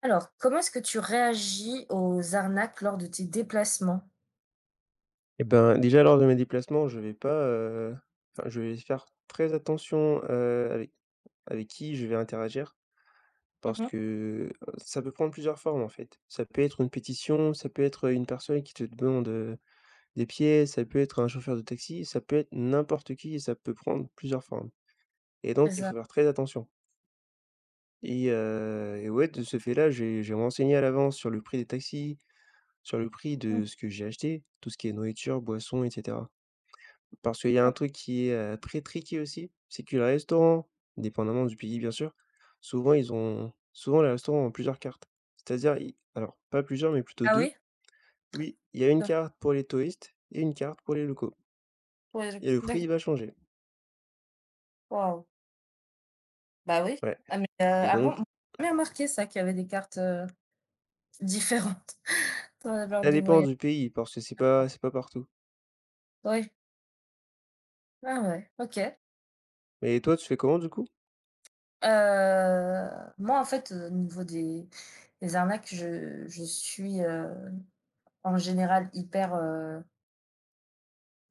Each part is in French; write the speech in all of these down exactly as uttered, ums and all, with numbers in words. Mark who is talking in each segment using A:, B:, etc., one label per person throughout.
A: Alors, comment est-ce que tu réagis aux arnaques lors de tes déplacements?
B: Et ben, déjà lors de mes déplacements, je vais pas, heu, enfin je vais faire très attention, heu, avec avec qui je vais interagir
A: Mmh
B: parce
A: mh.
B: que, heu, ça peut prendre plusieurs formes, en fait. Ça peut être une pétition, ça peut être, une personne qui te demande, heu, des pièces, ça peut être un chauffeur de taxi, ça peut être n'importe qui et ça peut prendre plusieurs formes et
A: C'est
B: donc il
A: ça.
B: faut faire très attention et heu et ouais, de ce fait là, j'ai j'ai renseigné à l'avance sur le prix des taxis, sur le prix
A: Mmh.
B: de ce que j'ai acheté, tout ce qui est nourriture, boissons et cetera. Parce qu'il y a un
A: Ouais.
B: truc qui est, heu, très tricky aussi, c'est que les restaurants, dépendamment du pays bien sûr, souvent ils ont souvent les restaurants ont plusieurs cartes. C'est-à-dire i alors pas plusieurs, mais plutôt
A: Ah
B: deux.
A: oui?
B: Oui, il y a une
A: D'accord.
B: carte pour les touristes et une carte pour les locaux
A: Ouais, je
B: et le prix,
A: d'accord.
B: il va changer.
A: Waouh! Bah oui.
B: Ouais
A: Ah mais, heu,
B: et
A: ah bon?
B: donc
A: J'ai jamais remarqué ça qu'il y avait des cartes, heu, différentes dans la lors
B: ça
A: de
B: dépend
A: voyage.
B: du pays parce que c'est pas c'est pas partout.
A: Oui. Ah ouais, OK.
B: Mais toi, tu fais comment du coup?
A: Heu, Moi, en fait, heu, au niveau des des arnaques, je je suis, heu, en général, hyper, heu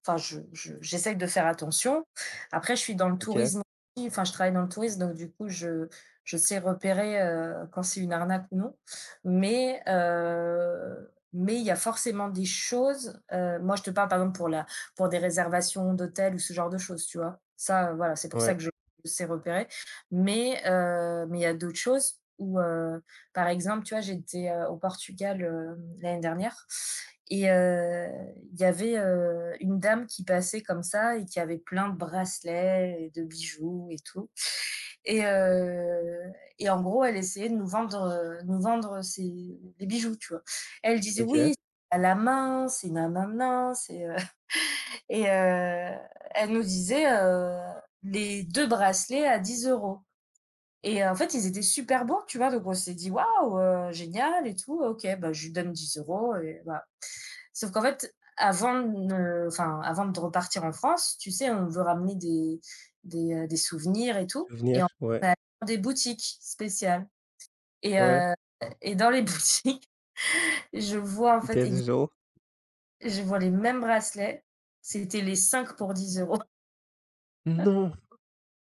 A: enfin, je, je- j'essaye de faire attention. Après, je suis dans le
B: OK,
A: tourisme aussi, enfin, je travaille dans le tourisme, donc du coup, je, je sais repérer euh, quand c'est une arnaque ou non. Mais, euh, mais il y a forcément des choses. Euh, moi, je te parle, par exemple, pour la, pour des réservations d'hôtels ou ce genre de choses, tu vois. Ça, euh, voilà, c'est pour ça
B: ouais,
A: que je sais repérer. Mais, euh, mais il y a d'autres choses où, euh, par exemple, tu vois, j'étais, euh, au Portugal, euh, l'année dernière. Et heu, il y avait, heu, une dame qui passait comme ça et qui avait plein de bracelets et de bijoux et tout et heu et en gros, elle essayait de nous vendre, heu, nous vendre ses des bijoux, tu vois? Elle disait:
B: OK,
A: «Oui, c'est à la main, c'est nanana, c'est, heu» et heu, elle nous disait, heu: «Les deux bracelets à dix euros. Et euh, en fait, ils étaient super bons, tu vois? Donc on s'est dit: «Waouh, heu, génial et tout, OK, bah, je lui donne dix euros. Et voilà». Sauf qu'en fait, avant de ne- enfin, avant de repartir en France, tu sais, on veut ramener des des, heu, des souvenirs et tout et
B: souvenir,
A: on
B: ouais,
A: est allés dans des boutiques spéciales et
B: ouais.
A: heu et dans les boutiques, je vois en
B: C'était
A: fait,
B: à
A: exa
B: deux euros €?
A: je vois les mêmes bracelets, c'était les cinq pour dix euros,
B: Non!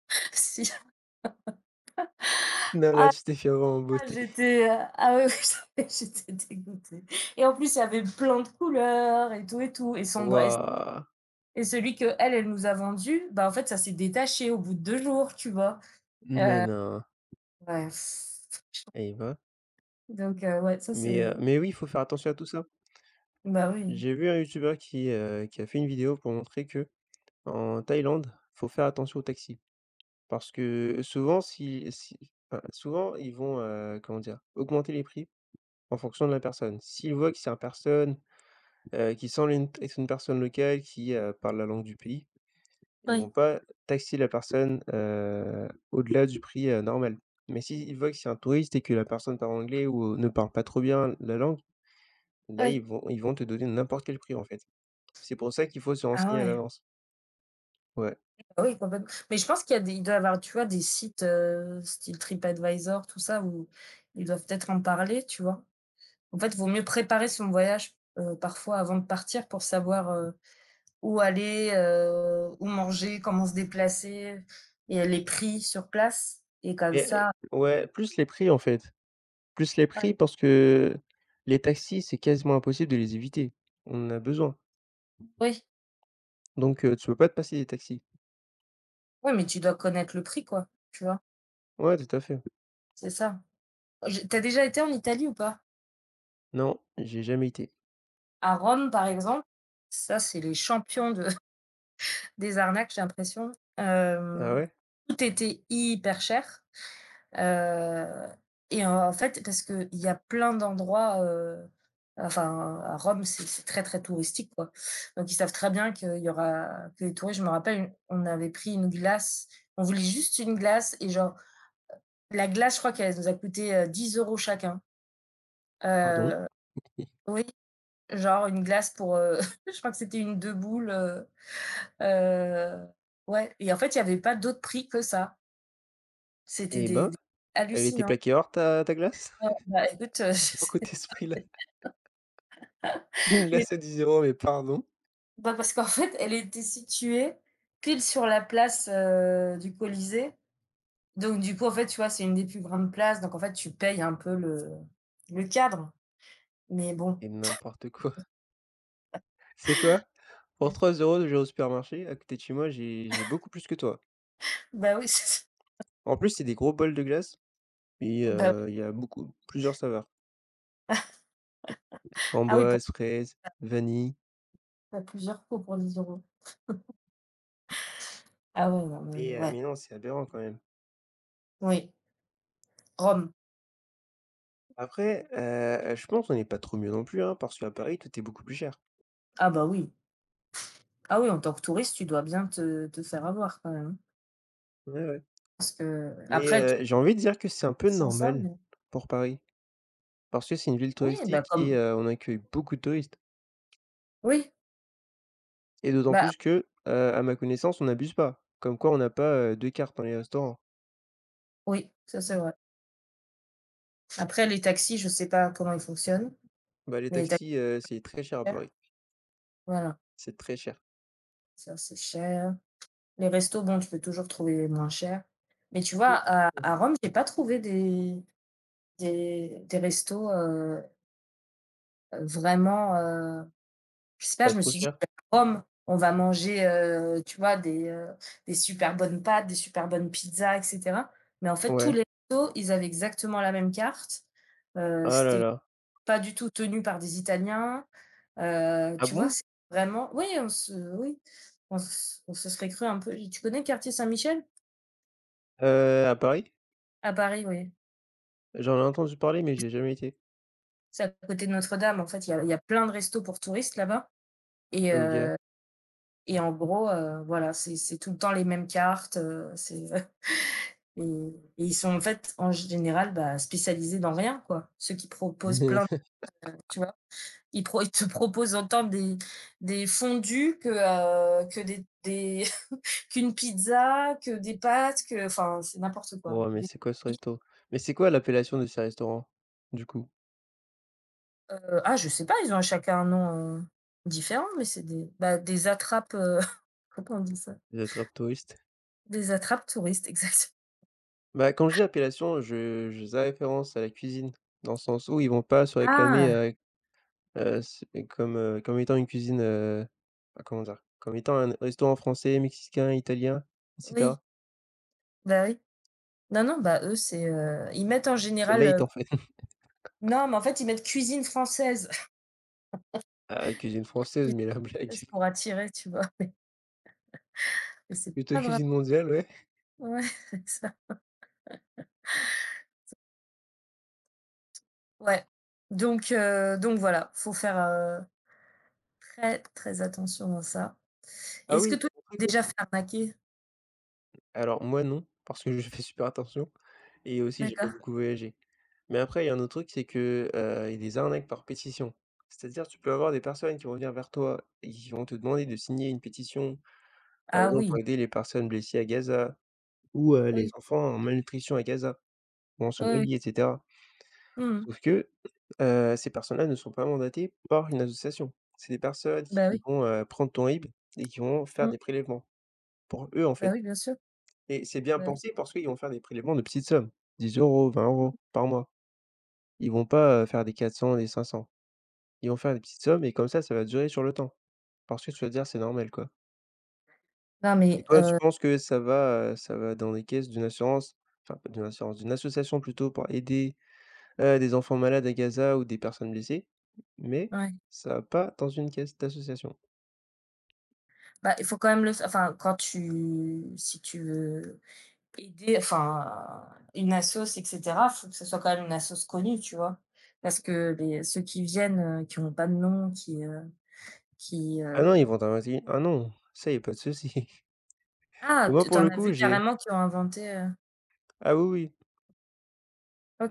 A: si.
B: Non, là, tu t'es fait avoir en
A: Ah,
B: beauté.
A: j'étais, heu, ah ouais, ouais, j'étais j'étais dégoûtée et en plus, il y avait plein de couleurs et tout et tout et son bra
B: Waouh!
A: et celui qu'elle, elle nous a vendu, bah, en fait, ça s'est détaché au bout de deux jours, tu vois?
B: Mais non!
A: Ouais,
B: Eh ben!
A: donc heu, ouais, ça
B: Mais, heu,
A: c'est
B: mais oui, il faut faire attention à tout ça.
A: bah, oui.
B: J'ai vu un youtubeur qui, heu, qui a fait une vidéo pour montrer que en Thaïlande, faut faire attention aux taxis. Parce que souvent si si enfin, souvent ils vont, heu, comment dire? Augmenter les prix en fonction de la personne. S'ils voient que c'est une personne, heu, qui semble une être une personne locale qui, heu, parle la langue du pays, ils vont
A: Oui,
B: pas taxer la personne, heu, au-delà du prix, heu, normal. Mais s'ils voient que c'est un touriste et que la personne parle anglais ou ne parle pas trop bien la langue, Là, ils
A: oui.
B: vont ils vont te donner n'importe quel prix, en fait. C'est pour ça qu'il faut se
A: Ah
B: renseigner à
A: ouais,
B: l'avance. Ouais,
A: bah, oui, complètement. Mais je pense qu'il y a des il doit y avoir, tu vois, des sites, heu, style TripAdvisor, tout ça, où ils doivent peut-être en parler, tu vois? En fait, vaut mieux préparer son voyage, heu, parfois avant de partir pour savoir, heu où aller, heu, où manger, comment se déplacer et les prix sur place et comme
B: mais
A: ça,
B: heu, ouais, plus les prix, en fait. Plus les
A: ouais.
B: prix parce que les taxis, c'est quasiment impossible de les éviter. On en a besoin,
A: Oui,
B: donc heu, tu peux pas te passer des taxis.
A: oui, mais tu dois connaître le prix, quoi, tu vois?
B: Ouais, tout à fait.
A: C'est ça. J'ai Tu déjà été en Italie ou pas?
B: Non, j'ai jamais été.
A: À Rome, par exemple, ça c'est les champions de des arnaques, j'ai l'impression.
B: Ah
A: Hem,
B: ouais?
A: Tout était hyper cher. Heu et en fait, parce qu'il y a plein d'endroits, heu, enfin, à Rome, c'est c'est très, très touristique, quoi. Donc ils savent très bien qu'il y aura que les touristes. Je me rappelle, on avait pris une glace, on voulait juste une glace et genre la glace, je crois qu'elle nous a coûté, heu, dix euros € chacun.
B: Pardon?
A: Heu, oui, genre une glace pour, heu, je crois que c'était une deux boules, heu heu, ouais et en fait, il y avait pas d'autres prix que ça. C'était
B: Eh
A: des
B: ben,
A: des
B: elle était
A: hallucinant.
B: plaquée hors ta ta glace?
A: Ouais, bah, écoute, je sais.
B: Pourquoi tu es ce prix-là? Une glace à dix euros, mais pardon?
A: Bah, parce qu'en fait, elle était située pile sur la place, heu, du Colisée. Donc du coup, en fait, tu vois, c'est une des plus grandes places, donc en fait, tu payes un peu le le cadre. Mais bon.
B: Et n'importe quoi. C'est quoi? Pour trois euros, je vais au supermarché, à côté de chez moi, j'ai j'ai beaucoup plus que toi.
A: Bah oui, c'est ça.
B: En plus, c'est des gros bols de glace et
A: Bah oui.
B: heu, il y a beaucoup plusieurs saveurs.
A: Ah oui, pour
B: Framboise, fraise, vanille
A: faire plusieurs cours pour dix euros. Ah ouais, non mais
B: et heu,
A: ouais.
B: mais non, c'est aberrant quand même.
A: Oui. Rome.
B: Après, heu, je pense on n'est pas trop mieux non plus, hein, parce qu'à Paris, tout est beaucoup plus cher.
A: Ah bah oui. Ah oui, en tant que touriste, tu dois bien te te faire avoir quand même, hein.
B: Ouais, ouais.
A: Parce
B: Mais,
A: qu'après, tu
B: heu, j'ai envie de dire que c'est un peu
A: sans ça,
B: normal
A: mais
B: pour Paris, parce que c'est une ville
A: oui, bah,
B: touristique et
A: comme
B: heu, on accueille beaucoup de touristes
A: oui,
B: et d'autant
A: bah
B: plus que, heu, à ma connaissance, on n'abuse pas. Comme quoi on n'a pas, heu, deux cartes dans les restaurants.
A: oui, ça c'est vrai. Après les taxis, je sais pas comment ils fonctionnent,
B: Bah, les
A: mais les
B: taxis, heu, c'est très cher à
A: cher,
B: Paris,
A: voilà,
B: c'est très cher.
A: ça c'est cher. Les restos, bon, tu peux toujours trouver moins cher. Mais tu vois, à à Rome, j'ai pas trouvé des des des restos, heu, heu, vraiment, heu, je sais pas,
B: Pas
A: je me
B: trop
A: suis dit:
B: cher?
A: à «Rome, on va manger, heu, tu vois, des, heu, des super bonnes pâtes, des super bonnes pizzas et cetera». Mais en fait, tous
B: Ouais.
A: les restos, ils avaient exactement la même carte. Heu,
B: Ah là
A: c'était
B: là.
A: pas du tout tenus par des Italiens, heu,
B: Ah
A: tu vois?
B: bon?
A: C'est vraiment, oui, on se oui, on se on se serait cru un peu. Tu connais le quartier Saint-Michel?
B: Heu, à Paris?
A: À Paris, oui.
B: J'en ai entendu parler, mais j'ai jamais été.
A: C'est à côté de Notre-Dame, en fait, il y a il y a plein de restos pour touristes là-bas, et
B: OK.
A: heu et en gros, heu, voilà, c'est c'est tout le temps les mêmes cartes, heu, c'est et et ils sont, en fait, en général, bah, spécialisés dans rien, quoi. Ceux qui proposent plein de tu vois? Ils, pro ils te proposent autant des, des fondus que, euh, que des, des qu'une pizza, que des pâtes, que enfin c'est n'importe quoi.
B: Oh mais
A: Des-.
B: c'est quoi ce resto? Mais c'est quoi l'appellation de ces restaurants, du coup?
A: Euh, ah, je sais pas, ils ont chacun un nom, heu, différent, mais c'est des bah, des attrapes, heu, comment on dit ça?
B: Des attrape touristes?
A: Des attrapes touristes exact.
B: Bah, quand je dis appellation, je je faisais référence à la cuisine, dans le sens où ils vont pas se réclamer,
A: Ah!
B: heu heu, c comme, heu, comme étant une cuisine, heu, ah, comment dire? Comme étant un restaurant français, mexicain, italien, et
A: Oui,
B: cetera.
A: bah, oui. Non, non, bah, eux, c'est, heu, ils mettent en
B: C'est
A: général,
B: light,
A: heu
B: en fait.
A: non, mais en fait, ils mettent cuisine française.
B: Ah, cuisine française,
A: Cuisine
B: mais la blague!
A: française pour attirer, tu vois? Mais c'est
B: Plutôt
A: pas vrai.
B: cuisine mondiale, ouais.
A: Ouais, c'est ça. Ouais, donc heu, donc voilà, faut faire, heu, très, très attention à ça.
B: Ah
A: Est-ce
B: oui, il
A: que
B: y
A: toi,
B: a
A: tu
B: un truc
A: t'es déjà
B: aussi.
A: fait arnaquer?
B: Alors moi, non, parce que je fais super attention et aussi j'ai pas
A: D'accord.
B: beaucoup voyagé. Mais après, il y a un autre truc, c'est que, heu, il y a des arnaques par pétition. C'est-à-dire, tu peux avoir des personnes qui vont venir vers toi et qui vont te demander de signer une pétition, par
A: Ah
B: exemple, pour
A: oui,
B: aider les personnes blessées à Gaza ou, heu, les
A: oui,
B: enfants en malnutrition à Gaza ou en
A: oui, oui.
B: Somalie et cetera.
A: Mmh.
B: Sauf que, heu, ces personnes-là ne sont pas mandatées par une association. C'est des personnes qui
A: Bah oui,
B: vont, heu, prendre ton R I B et qui vont faire
A: mmh,
B: des prélèvements pour eux, en
A: bah
B: fait
A: oui, bien sûr,
B: et c'est bien
A: bah oui.
B: pensé parce qu'ils vont faire des prélèvements de petites sommes, dix euros, vingt
A: Mhm.
B: euros par mois. Ils vont pas, heu, faire des quatre cents, des cinq cents. Ils vont faire des petites sommes et comme ça, ça va durer sur le temps. Parce que tu vas te dire: «C'est normal, quoi»
A: Non
B: et
A: mais
B: toi, tu
A: heu,
B: penses que ça va, heu, ça va dans les caisses d'une assurance, enfin, pas d'une assurance, d'une association plutôt pour aider, heu, des enfants malades à Gaza ou des personnes blessées, mais
A: ouais,
B: ça va pas dans une caisse d'association.
A: bah, il faut quand même le f enfin, quand tu si tu veux aider, enfin, une assos et cetera, faut que ce soit quand même une assos connue, tu vois? Parce que les ceux qui viennent, heu, qui ont pas de nom, qui, heu, qui,
B: Ah non, ils
A: heu
B: vont t'inviter ah non, ça, y a pas de souci.
A: ah,
B: Moi,
A: tu tu
B: pour le
A: as
B: coup,
A: vu
B: j'ai
A: carrément qui ont inventé, heu
B: ah oui,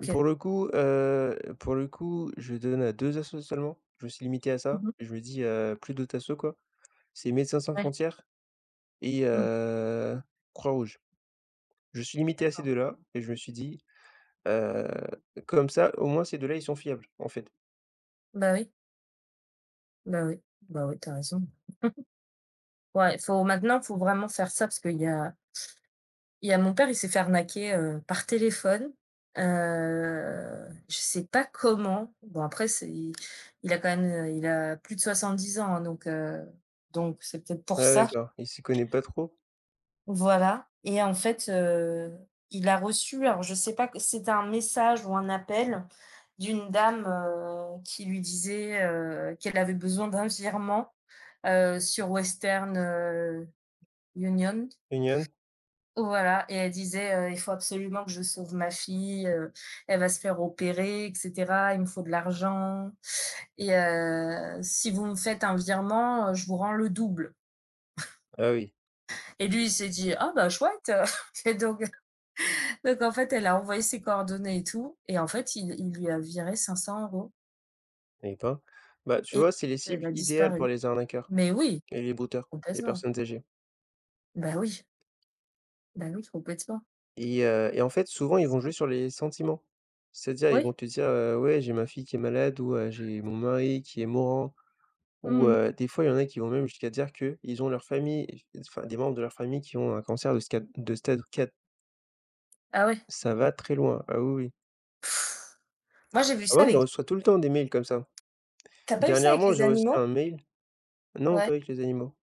B: oui, pour le coup, heu, pour le coup, je donne à deux assos seulement. Je me suis limité à ça.
A: Mmh.
B: Je me dis, heu, plus d'autres assos, quoi. C'est Médecins sans
A: Ouais.
B: frontières et
A: Mmh.
B: heu, Croix-Rouge. Je suis limité à ces deux
A: D'accord.
B: là et je me suis dit: Heu, comme ça, au moins ces deux là, ils sont fiables, en fait.
A: Bah oui, bah oui, bah oui, t'as raison. Ouais, faut maintenant, faut vraiment faire ça parce qu'il y a il y a mon père, il s'est fait arnaquer, heu, par téléphone. Heu, je sais pas comment. Bon, après, c'est il il a quand même, heu, il a plus de soixante-dix ans, hein, donc heu, donc c'est peut-être pour
B: Ah
A: ça.
B: d'accord, il s'y connaît pas trop?
A: Voilà et en fait, heu, il a reçu, alors je sais pas q c'était un message ou un appel d'une dame, heu, qui lui disait, heu, qu'elle avait besoin d'un virement, heu, sur Western, heu, Union.
B: Union.
A: Voilà et elle disait, heu: «Il faut absolument que je sauve ma fille, heu, elle va se faire opérer et cetera, il me faut de l'argent et heu, si vous me faites un virement, heu, je vous rends le double»
B: Ah oui,
A: et lui, il s'est dit: «Ah bah chouette!» et donc Donc en fait, elle a envoyé ses coordonnées et tout et en fait, il il lui a viré cinq cents euros
B: eh pas. bah, tu
A: et en
B: vois, c'est les
A: fait,
B: cibles
A: elle a
B: idéales pour
A: disparu.
B: les arnaqueurs
A: Mais oui,
B: et les brouteurs, les
A: complètement.
B: personnes âgées.
A: Bah oui, bah oui, complètement.
B: Et heu et en fait, souvent, ils vont jouer sur les sentiments. C'est-à-dire, ils
A: Oui,
B: vont te dire, heu: «Ouais, j'ai ma fille qui est malade» ou heu: «J'ai mon mari qui est mourant» ou
A: mmh mh.
B: heu, des fois, il y en a qui vont même jusqu'à dire que ils ont leur famille enfin, des membres de leur famille qui ont un cancer de sca de stade quatre.
A: Ah ouais.
B: Ça va très loin. Ah oui, oui.
A: Moi, j'ai vu
B: Ah
A: ça
B: moi, j'en
A: avec
B: reçois tout le temps des mails comme ça.
A: tu as pas vu ça avec
B: Dernièrement,
A: les
B: j'ai reçu
A: animaux?
B: un mail non,
A: Ouais,
B: pas avec les animaux.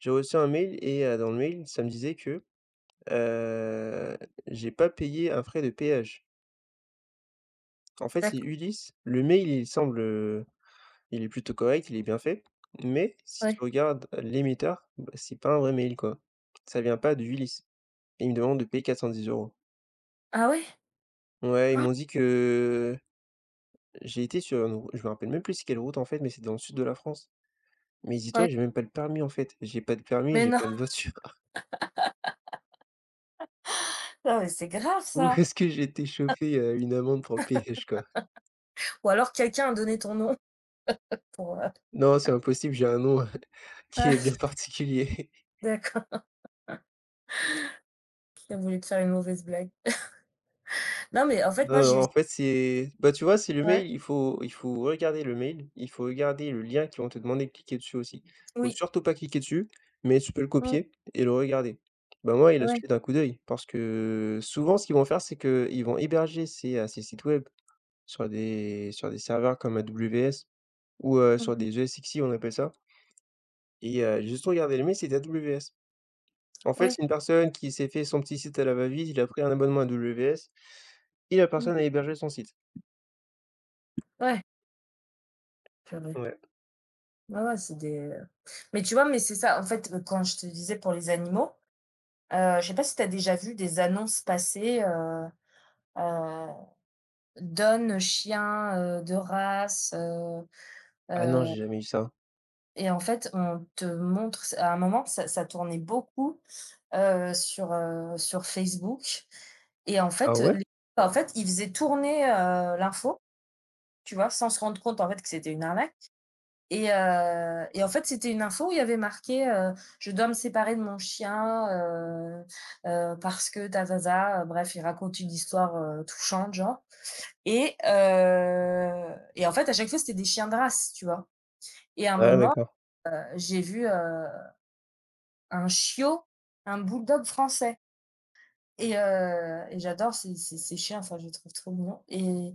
B: J'ai reçu un mail et heu, dans le mail, ça me disait que, heu, j'ai pas payé un frais de péage. En fait, c'est
A: d'accord,
B: Ulysse. Le mail, il semble, Il est plutôt correct, il est bien fait, mais si tu
A: ouais.
B: regardes l'émetteur, bah, c'est pas un vrai mail, quoi. Ça vient pas de Ulysse et ils me demandent de payer quatre cent dix euros.
A: Ah ouais?
B: Ouais, ils m'ont dit que j'ai été sur une rou je me rappelle même plus c'est quelle route, en fait, mais c'est dans le sud de la France. Mais dis-toi,
A: Ouais.
B: j'ai même pas le permis, en fait. J'ai pas de permis,
A: Mais
B: j'ai
A: non,
B: pas de voiture.
A: non, mais c'est grave,
B: Où
A: ça!
B: est-ce que j'ai été chauffé heu, une amende pour le péage, quoi?
A: Ou alors quelqu'un a donné ton nom pour, heu
B: Non, c'est impossible, j'ai un nom qui
A: ah,
B: est bien particulier.
A: d'accord, il a voulu te faire une mauvaise blague. Non, mais en fait,
B: Non,
A: moi, j'ai
B: non,
A: eu
B: en fait, c'est bah, tu vois, c'est le mail,
A: ouais,
B: il faut il faut regarder le mail, il faut regarder le lien qu'ils vont te demander de cliquer dessus aussi. Faut
A: oui,
B: surtout pas cliquer dessus, mais tu peux le
A: mmh,
B: copier et le regarder. Bah, moi, il a
A: ouais,
B: suffi d'un coup d'œil parce que souvent, ce qu'ils vont faire, c'est qu'ils vont héberger ces, heu, ces sites web sur des sur des serveurs comme A W S ou, heu,
A: mmh
B: sur
A: mh,
B: des ESXi, on appelle ça et euh, j'ai juste regardé le mail, c'est A W S. En fait,
A: ouais,
B: c'est une personne qui s'est fait son petit site à la va-vite, il a pris un abonnement A W S et la
A: mmh,
B: personne a hébergé son site.
A: ouais, purée.
B: Ouais.
A: Ouais, ouais, c'est des, euh, mais tu vois, mais c'est ça, en fait, heu, quand je te disais pour les animaux, heu, je sais pas si tu as déjà vu des annonces passer, heu heu, donne chien, heu, de race, heu
B: Ah non,
A: heu
B: j'ai jamais eu ça.
A: et en fait, on te montre à un moment, ça ça tournait beaucoup, heu, sur, heu, sur Facebook et en
B: Ah
A: fait,
B: ouais?
A: les en fait, ils faisaient tourner, heu, l'info, tu vois? Sans se rendre compte, en fait, que c'était une arnaque. Et heu et en fait, c'était une info où il y avait marqué, heu: «Je dois me séparer de mon chien, heu heu, parce que ta ta ta», bref, il raconte une histoire, heu, touchante, genre, et heu et en fait, à chaque fois, c'était des chiens de race, tu vois? Et à un
B: Ouais,
A: moment,
B: d'accord.
A: heu, j'ai vu, heu, un chiot, un bulldog français, et heu et j'adore ces ces ces chiens, enfin, je les trouve trop mignons et.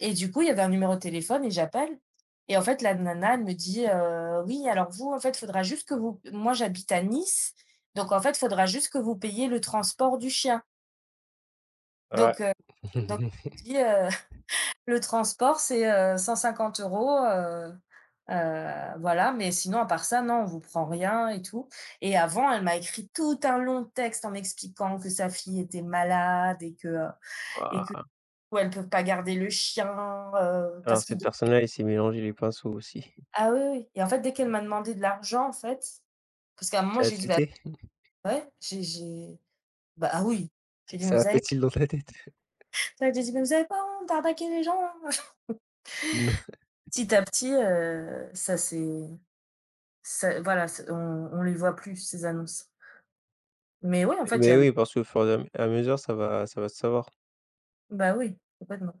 A: Et du coup, il y avait un numéro de téléphone et j'appelle et en fait, la nana, elle me dit, heu: «Oui, alors vous, en fait, faudra juste que vous» moi, j'habite à Nice, donc en fait, faudra juste que vous payiez le transport du chien.
B: Ouais.
A: Donc heu, donc elle me dit, heu: «Le transport, c'est, heu, cent cinquante euros, heu heu, voilà, mais sinon, à part ça, non, on vous prend rien et tout». Et avant, elle m'a écrit tout un long texte en m'expliquant que sa fille était malade et que, heu, et que du
B: Waouh!
A: coup, elle peut pas garder le chien, heu,
B: Alors
A: parce qu'il.
B: cette personne-là, il s'est mélangé les pinceaux aussi.
A: Ah oui, oui et en fait, dès qu'elle m'a demandé de l'argent, en fait, parce qu'à un moment,
B: Ça a
A: j'ai dit: «Bah,
B: tilté?
A: ouais, j'ai j'ai» bah, ah oui, j'ai dit: «Mais
B: Ça a
A: vous
B: fait
A: avez»
B: tilt dans ta tête?
A: j'ai dit: «Mais vous avez pas honte d'arnaquer les gens?» hein.
B: N
A: Petit à petit, heu, ça c'est ça, voilà, c'est on on les voit plus ces annonces. Mais oui, en fait, il y
B: Mais
A: a
B: oui, parce que au fur et à à mesure, ça va ça va se savoir.
A: bah oui, complètement.